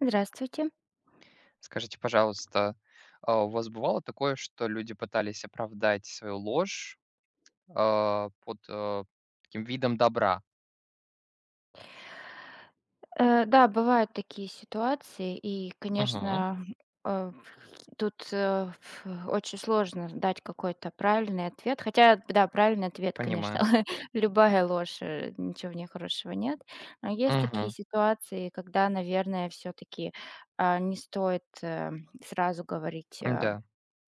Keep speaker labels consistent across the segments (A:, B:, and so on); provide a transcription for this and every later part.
A: Здравствуйте.
B: Скажите, пожалуйста, а у вас бывало такое, что люди пытались оправдать свою ложь, а, под, а, таким видом добра?
A: Да, бывают такие ситуации, и,
B: Мгм.
A: конечно, э, тут, э, ф очень сложно дать какой-то правильный ответ. Хотя, да, правильный ответ, конечно,
B: Понимаю.
A: любая ложь, ничего в ней хорошего нет. Но есть такие
B: Мгм.
A: ситуации, когда, наверное, все таки не стоит, сразу говорить,
B: да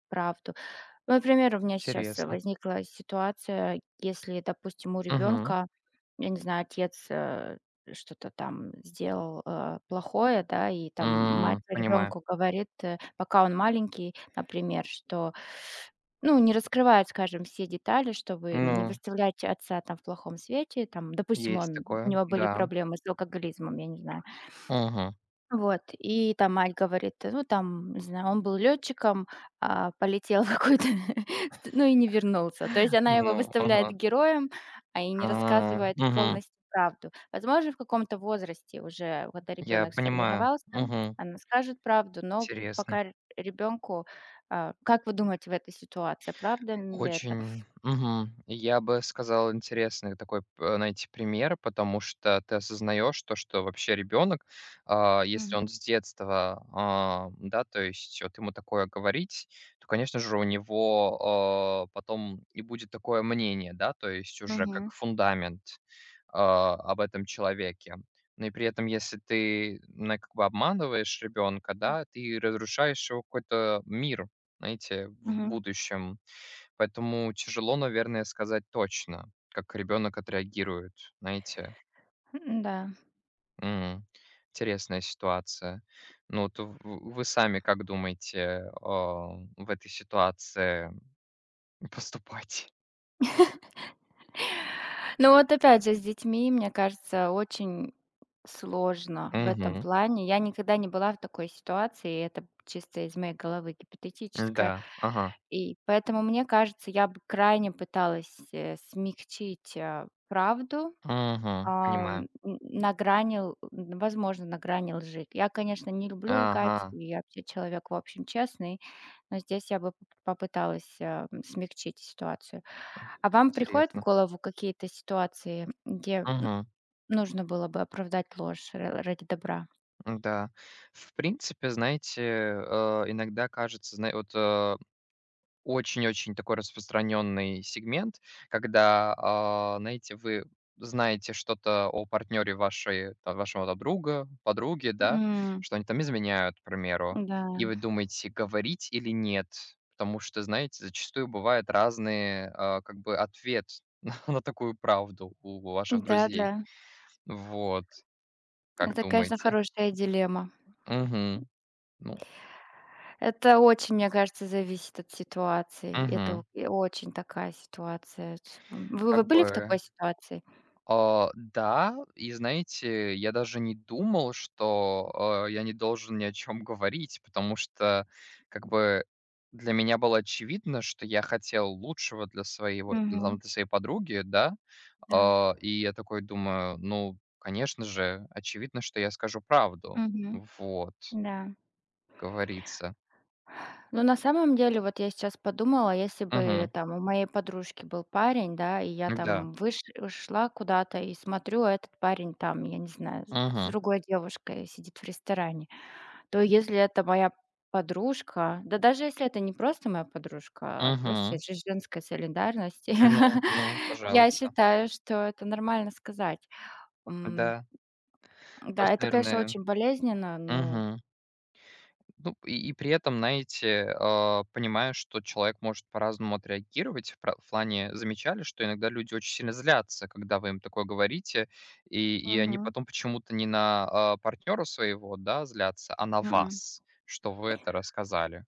A: правду. Ну, например, у меня сейчас
B: интересно.
A: возникла ситуация, если, допустим, у
B: Мгм.
A: ребенка, я не знаю, отец что-то там сделал плохое, да, и там мать
B: Понимаю.
A: ребенку говорит, пока он маленький, например, что, ну, не раскрывает, скажем, все детали, чтобы не
B: Ну,
A: выставлять отца там в плохом свете, там, допустим,
B: есть
A: у
B: такое,
A: него были
B: да.
A: проблемы с алкоголизмом, я не знаю.
B: Мгм.
A: Вот, и там мать говорит, ну, там, не знаю, он был летчиком, полетел в какую-то, ну, и не вернулся. То есть она его
B: Ну,
A: выставляет
B: ага.
A: героем, и не рассказывает
B: Мгм.
A: полностью правду. Возможно, в каком-то возрасте уже, когда
B: Я
A: ребенок
B: понимаю.
A: сформировался,
B: Мгм.
A: она скажет правду, но
B: Интересно.
A: пока ребенку, как вы думаете в этой ситуации, правда ли это?
B: Очень, мгм. Я бы сказал, интересный такой п найти пример, потому что ты осознаешь то, что вообще ребенок, если
A: Мгм.
B: он с детства, да, то есть вот ему такое говорить, то, конечно же, у него, потом и будет такое мнение, да, то есть уже
A: Мгм.
B: как фундамент, об этом человеке. Но и при этом, если ты, на как бы обманываешь ребенка, да, ты разрушаешь его какой-то мир, знаете, в
A: Мгм.
B: будущем. Поэтому тяжело, наверное, сказать точно, как ребенок отреагирует, знаете.
A: М, да.
B: М. Интересная ситуация. Ну, вот в вы сами как думаете, в этой ситуации поступать?
A: Ну вот опять же, с детьми, мне кажется, очень сложно в этом
B: Мгм.
A: плане. Я никогда не была в такой ситуации, и это чисто из моей головы
B: да
A: гипотетическое.
B: Ага.
A: И поэтому, мне кажется, я бы крайне пыталась, смягчить, правду
B: Мгм. Понимаю.
A: на грани, л н возможно, на грани лжи. Я, конечно, не люблю лгать,
B: Ага.
A: и я вообще человек, в общем, честный, но здесь я бы п попыталась, смягчить ситуацию. А вам приходят в
B: Интересно.
A: голову какие-то ситуации, где
B: Мгм.
A: нужно было бы оправдать ложь ра ради добра?
B: Да. В принципе, знаете, иногда кажется, знаете, вот, очень-очень такой распространенный сегмент, когда, знаете, вы знаете что-то о партнере вашей там вашего там друга, подруги, да,
A: М,
B: что они там изменяют, к примеру,
A: да.
B: и вы думаете, говорить или нет. Потому что, знаете, зачастую бывает разные, как бы ответ на такую правду у ваших
A: Да-да.
B: друзей. Вот, как
A: Это, конечно,
B: думаете?
A: хорошая дилемма.
B: Угу. Ну,
A: Это очень, мне кажется, зависит от ситуации. Это о
B: угу.
A: и очень такая ситуация. Ть Вы
B: Как
A: вы были в
B: бы.
A: такой ситуации?
B: Да, и знаете, я даже не думал, что, я не должен ни о чем говорить, потому что как бы для меня было очевидно, что я хотел лучшего для своего ну, там,
A: Мгм.
B: для своей подруги, да.
A: Да.
B: И я такой думаю: «Ну, конечно же, очевидно, что я скажу правду».
A: Мгм.
B: Вот,
A: Да.
B: говорится.
A: Ну, на самом деле, вот я сейчас подумала, если бы
B: Мгм.
A: там у моей подружки был парень, да, и я
B: Да.
A: там выш шла куда-то и смотрю, а этот парень там, я не знаю, с
B: Мгм.
A: другой девушкой сидит в ресторане, то если это моя подружка, да даже если это не просто моя подружка, а просто
B: Мгм.
A: из женской солидарности,
B: Ну, ну,
A: я
B: пожалуйста.
A: считаю, что это нормально сказать. М,
B: Да.
A: да,
B: Просто,
A: это, конечно,
B: наверное
A: очень болезненно, но.
B: Мгм. Ну, и при этом, знаете, понимаю, что человек может по-разному отреагировать. В плане замечали, что иногда люди очень сильно злятся, когда вы им такое говорите, и они
A: Мгм.
B: потом почему-то не на партнёра своего, да, злятся, а на
A: Мгм.
B: вас, что вы это рассказали.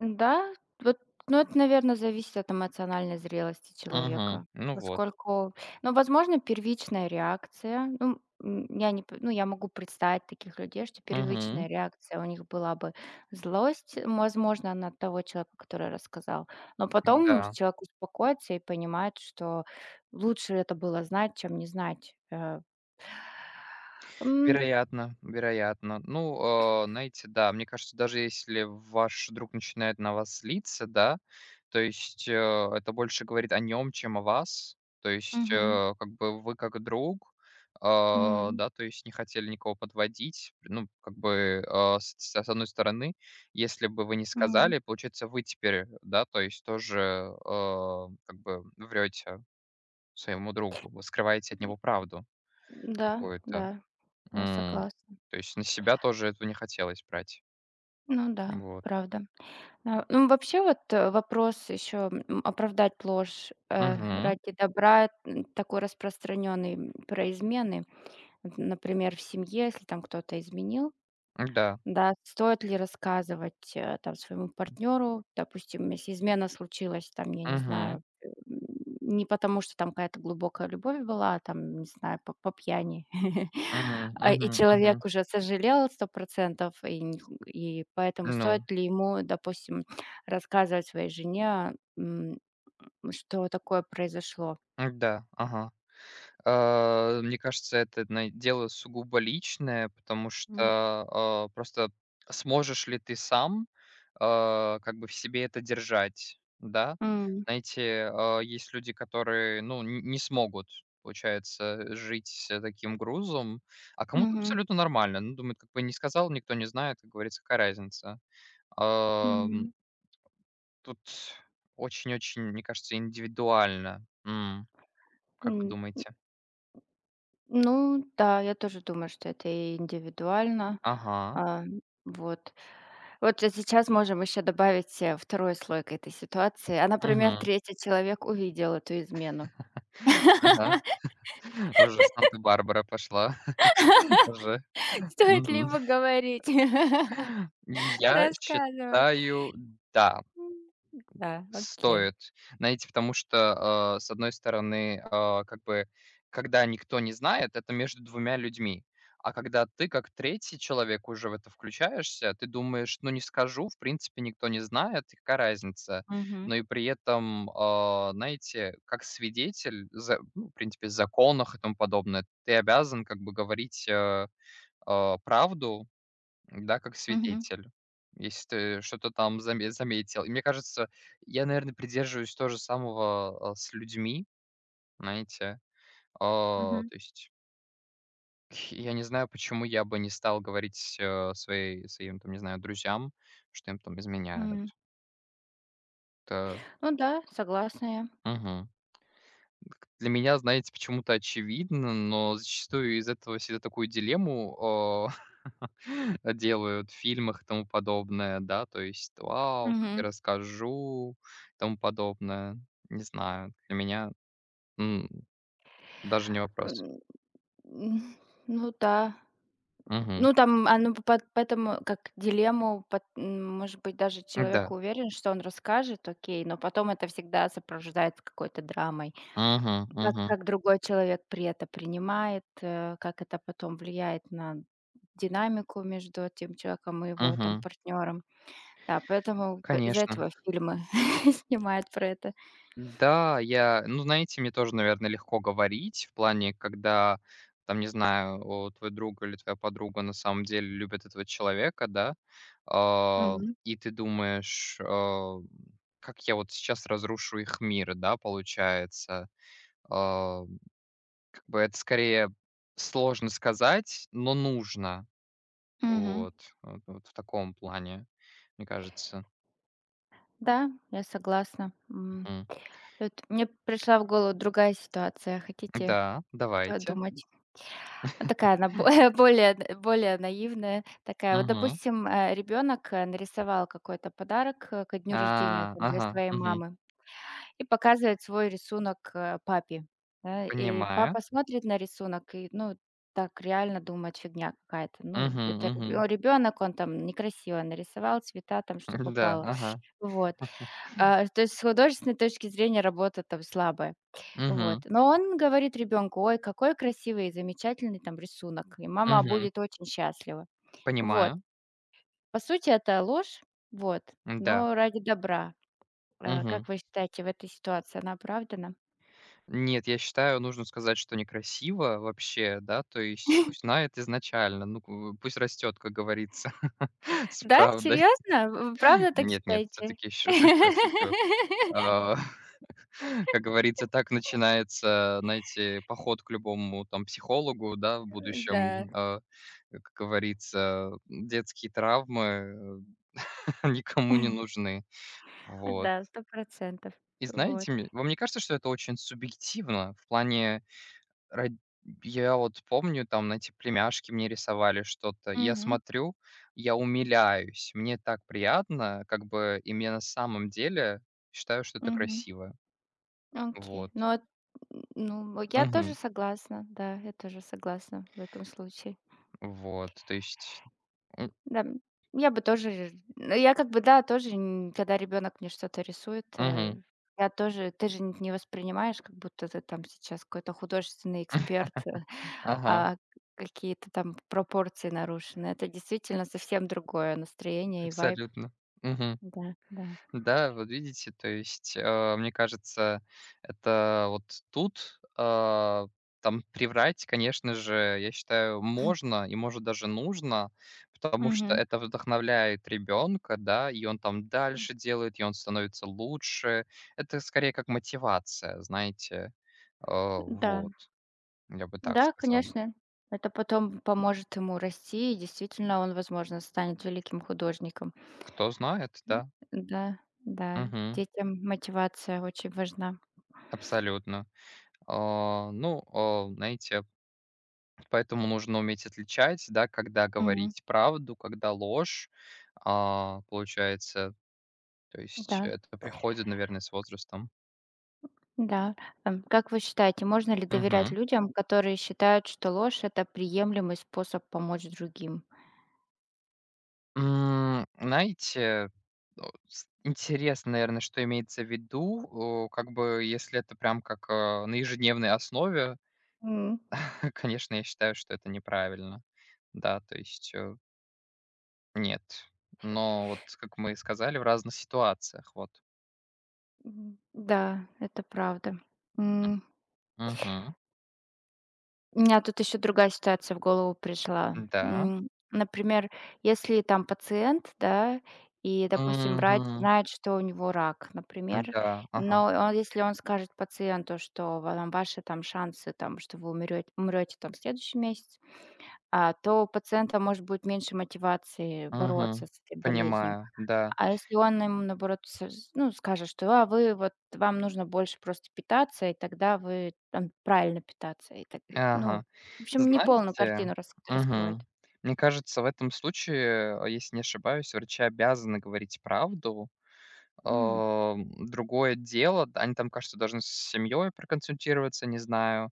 A: Да, вот, ну, это, наверное, зависит от эмоциональной зрелости
B: Мгм.
A: человека.
B: Ну вот.
A: Поскольку, ну, возможно, первичная реакция. Ну, я не п ну, я могу представить таких людей, что первичная
B: Мгм.
A: реакция у них была бы злость, возможно, на того человека, который рассказал. Но потом
B: Да.
A: человек успокоится и понимает, что лучше это было знать, чем не знать. М,
B: Вероятно, вероятно. Ну, знаете, да, мне кажется, даже если ваш друг начинает на вас злиться, да, то есть, это больше говорит о нем, чем о вас. То есть,
A: Мгм,
B: как бы вы как друг,
A: мгм,
B: да, то есть не хотели никого подводить. Ну, как бы, с одной стороны, если бы вы не
A: мгм.
B: сказали, получается, вы теперь, да, то есть тоже, как бы врете своему другу, вы скрываете от него правду
A: Да,
B: какую-то.
A: да, я
B: М,
A: согласна.
B: То есть на себя тоже этого не хотелось брать.
A: Ну да,
B: Вот.
A: правда. Ну, вообще, вот, вопрос еще, оправдать ложь,
B: Мгм.
A: ради добра, такой распространенный, про измены. Вот, например, в семье, если там кто-то изменил,
B: Да.
A: да, стоит ли рассказывать, там, своему партнеру, допустим, если измена случилась, там, я не
B: Мгм.
A: знаю, не потому, что там какая-то глубокая любовь была, а там, не знаю, по пьяни,
B: Мгм.
A: и
B: Мгм. Мгм.
A: человек уже сожалел 100 и не ху и поэтому стоит
B: Ну.
A: ли ему, допустим, рассказывать своей жене, что такое произошло?
B: Да. Ага. Мне кажется, это на дело сугубо личное, потому что,
A: М.
B: просто сможешь ли ты сам, как бы в себе это держать, да?
A: М,
B: Знаете, есть люди, которые, ну, н не смогут, получается, жить с таким грузом, а кому-то
A: Мгм.
B: абсолютно нормально. Ну, думает, как бы не сказал, никто не знает, как говорится, какая разница. Ам, Тут очень-очень, мне кажется, индивидуально. Как вы думаете?
A: Ну да, я тоже думаю, что это и индивидуально.
B: Ага.
A: А, вот. Вот же сейчас можем еще добавить, 2-й слой к этой ситуации. Например, третий человек увидел эту измену.
B: Ага, уже Санта-Барбара пошла, уже.
A: Стоит ли
B: Мгм.
A: ему говорить,
B: Я
A: рассказывать?
B: считаю, да,
A: М, да, окей.
B: стоит. Знаете, потому что, с одной стороны, как бы, когда никто не знает, это между двумя людьми. А когда ты, как третий человек, уже в это включаешься, ты думаешь: «Ну, не скажу, в принципе, никто не знает, и какая разница?»
A: Мгм,
B: Но и при этом, знаете, как свидетель за ну, в принципе, в законах и тому подобное, ты обязан как бы говорить, правду, да, как
A: мгм,
B: свидетель, если ты что-то там заметил. И мне кажется, я, наверное, придерживаюсь то же самого, с людьми, знаете.
A: мгм.
B: То есть я не знаю, почему я бы не стал говорить, своей своим, там, не знаю, друзьям, что им там изменяют.
A: М.
B: Это
A: Ну да, согласна я.
B: мгм. К Для меня, знаете, почему-то очевидно, но зачастую из этого всегда такую дилемму, делают в фильмах и тому подобное, да, то есть: «Вау, как я
A: Мгм.
B: расскажу!» и тому подобное. Не знаю, для меня, м, даже не вопрос.
A: М, м, ну да.
B: Мгм.
A: Ну, там, оно по под поэтому как дилемму может быть, даже человек
B: Да.
A: уверен, что он расскажет, окей, но потом это всегда сопровождается какой-то драмой.
B: Мгм,
A: Как
B: мгм,
A: как другой человек при это принимает, как это потом влияет на динамику между тем человеком и его там
B: мгм.
A: партнером. Да, поэтому п из-за
B: Конечно.
A: этого фильмы снимают про это.
B: Да, я, ну, знаете, мне тоже, наверное, легко говорить в плане, когда, там, не знаю, твой друг или твоя подруга на самом деле любят этого человека, да, а,
A: Мгм.
B: и ты думаешь, как я вот сейчас разрушу их мир, да, получается. А, как бы это скорее сложно сказать, но нужно,
A: Мгм.
B: вот, вот, вот в таком плане, мне кажется.
A: Да, я согласна. М.
B: Мгм.
A: Тут мне пришла в голову другая ситуация. Хотите
B: Да, давайте.
A: подумать? Ну, такая она бо более наивная такая. Вот,
B: Мгм.
A: допустим, ребёнок, нарисовал какой-то подарок, ко дню рождения там для
B: Ага,
A: своей
B: мгм.
A: мамы и показывает свой рисунок, папе, да. И
B: Понимаю.
A: папа смотрит на рисунок и, ну, так реально думает: фигня какая-то. Ну,
B: Мгм,
A: это
B: мгм.
A: ребенок он там некрасиво нарисовал, цвета там, что
B: Да,
A: попало.
B: ага.
A: Вот. То есть с художественной точки зрения работа там слабая. Вот.
B: Мгм,
A: Но он говорит ребенку: "Ой, какой красивый и замечательный там рисунок". И мама
B: мгм.
A: будет очень счастлива. Вот.
B: Понимаю.
A: По сути, это ложь, вот,
B: Да.
A: но ради добра. Как
B: Мгм.
A: вы считаете, в этой ситуации она оправдана?
B: Нет, я считаю, нужно сказать, что некрасиво вообще, да, то есть пусть знает изначально, ну, ку пусть растет, как говорится, с
A: Да,
B: правдой.
A: серьезно? Вы правда так
B: Нет, нет, все
A: считаете?
B: таки шучу, шучу. А, как говорится, так начинается, знаете, поход к любому там психологу, да, в
A: Да.
B: будущем. Как говорится, детские травмы никому не нужны. Вот.
A: Да, 100%.
B: И
A: Вот.
B: знаете, ме вам не кажется, что это очень субъективно? В плане род я вот помню, там, на эти племяшки мне рисовали что-то. И я
A: Мгм.
B: смотрю, я умиляюсь, мне так приятно, как бы, и мне на самом деле считаю, что это
A: Мгм.
B: красиво.
A: Окей.
B: Вот.
A: Ну, я тоже
B: Мгм.
A: согласна. Да, я тоже согласна в этом случае.
B: Вот. То есть, м,
A: Да, я бы тоже ну, я как бы, да, тоже, н когда ребенок мне что-то рисует,
B: мгм.
A: я тоже ты же н не воспринимаешь, как будто ты там сейчас какой-то художественный эксперт,
B: Ага,
A: а какие-то там пропорции нарушены. Это действительно совсем другое настроение и вайб.
B: абсолютно. Мгм.
A: Да, да.
B: Да, вот видите, то есть, мне кажется, это вот тут, там приврать, конечно же, я считаю, можно и, может, даже нужно, потому что
A: Мгм.
B: это вдохновляет ребенка, да, и он там дальше делает, и он становится лучше. Это скорее как мотивация, знаете,
A: Да.
B: вот, я бы так
A: Да,
B: сказал.
A: конечно. Это потом поможет ему расти, и действительно он, возможно, станет великим художником.
B: Кто знает, да.
A: Да, да,
B: Мгм.
A: детям мотивация очень важна.
B: Абсолютно. Ну, знаете, поэтому нужно уметь отличать, да, когда
A: Мгм.
B: говорить правду, когда ложь, получается. То есть
A: Да,
B: это приходит, наверное, с возрастом.
A: да. Как вы считаете, можно ли доверять
B: Мгм.
A: людям, которые считают, что ложь- это приемлемый способ помочь другим?
B: Знаете, интересно, наверное, что имеется в виду. Как бы, если это прям как на ежедневной основе,
A: М,
B: конечно, я считаю, что это неправильно. Да, то есть нет. Но вот, как мы и сказали, в разных ситуациях, вот.
A: да, это правда.
B: М, Мгм.
A: У меня тут еще другая ситуация в голову пришла.
B: Да.
A: Например, если там пациент, да, и, допустим, врач
B: Мгм.
A: знает, что у него рак, например,
B: Да, ага.
A: если он скажет пациенту, что там ваши там шансы, там, что вы умрете, там в следующем месяце, то у пациента может быть меньше мотивации бороться
B: Мгм.
A: с этой болезнью.
B: Понимаю, да.
A: А если он им, наоборот, скажет, что: "А вы вот вам нужно больше просто питаться, и тогда вы там правильно питаться". И так, ну,
B: Ага.
A: в общем, не полную
B: Знаете,
A: картину раскроет.
B: мгм, мне кажется, в этом случае, если не ошибаюсь, врачи обязаны говорить правду.
A: М,
B: Другое дело, д они там, кажется, должны с семьей проконсультироваться, не знаю.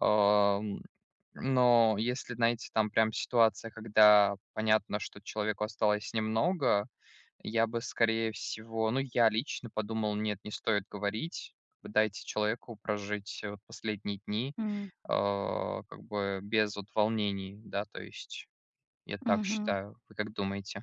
B: Ам, но если, знаете, там прям ситуация, когда понятно, что человеку осталось немного. Я бы, скорее всего, ну, я лично подумал: «Нет, не стоит говорить, как бы дайте человеку прожить вот последние дни,
A: м,
B: как бы без вот волнений», да, то есть я так
A: Мгм.
B: считаю. Вы как думаете?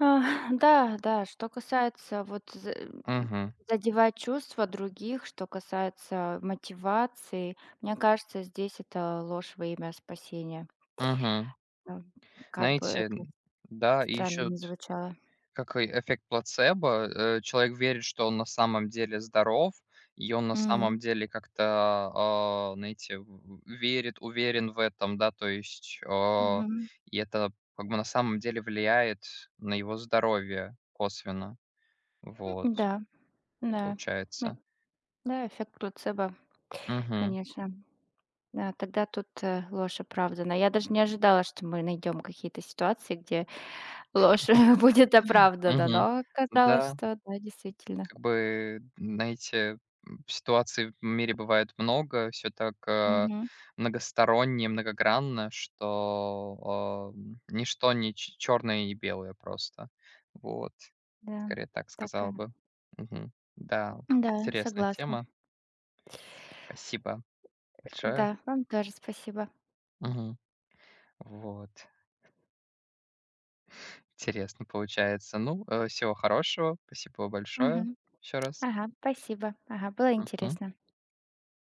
A: А, да, да, что касается
B: Угу,
A: задевать чувства других, что касается мотивации, мне кажется, здесь это ложь во имя спасения.
B: угу.
A: Да, как бы
B: Знаете,
A: это
B: н да, и
A: странно
B: еще.
A: не звучало.
B: Как и эффект плацебо, человек верит, что он на самом деле здоров, и он на
A: М,
B: самом деле как-то, знаете, в верит, уверен в этом, да, то есть,
A: Мгм.
B: и это как бы на самом деле влияет на его здоровье косвенно. Вот,
A: Да. Да, м,
B: получается.
A: да, эффект плацебо,
B: Угу.
A: конечно. Да, тогда тут, ложь оправдана. Я даже не ожидала, что мы найдем какие-то ситуации, где ложь будет оправдана,
B: Угу.
A: но оказалось,
B: Да.
A: что да, действительно.
B: Как бы, знаете, ситуаций в мире бывает много, все так,
A: Мгм.
B: многосторонне, многогранно, что, ничто не ч черное и не белое просто. Вот.
A: Да,
B: Скорее так сказал
A: такая.
B: бы. Мгм. Да,
A: Да,
B: интересная
A: согласна.
B: тема. Спасибо большое.
A: Да, вам тоже спасибо.
B: Мгм. Вот. Интересно получается. Ну, всего хорошего. Спасибо большое
A: Мгм.
B: еще раз.
A: Ага, спасибо. Ага, было
B: Мгм.
A: интересно.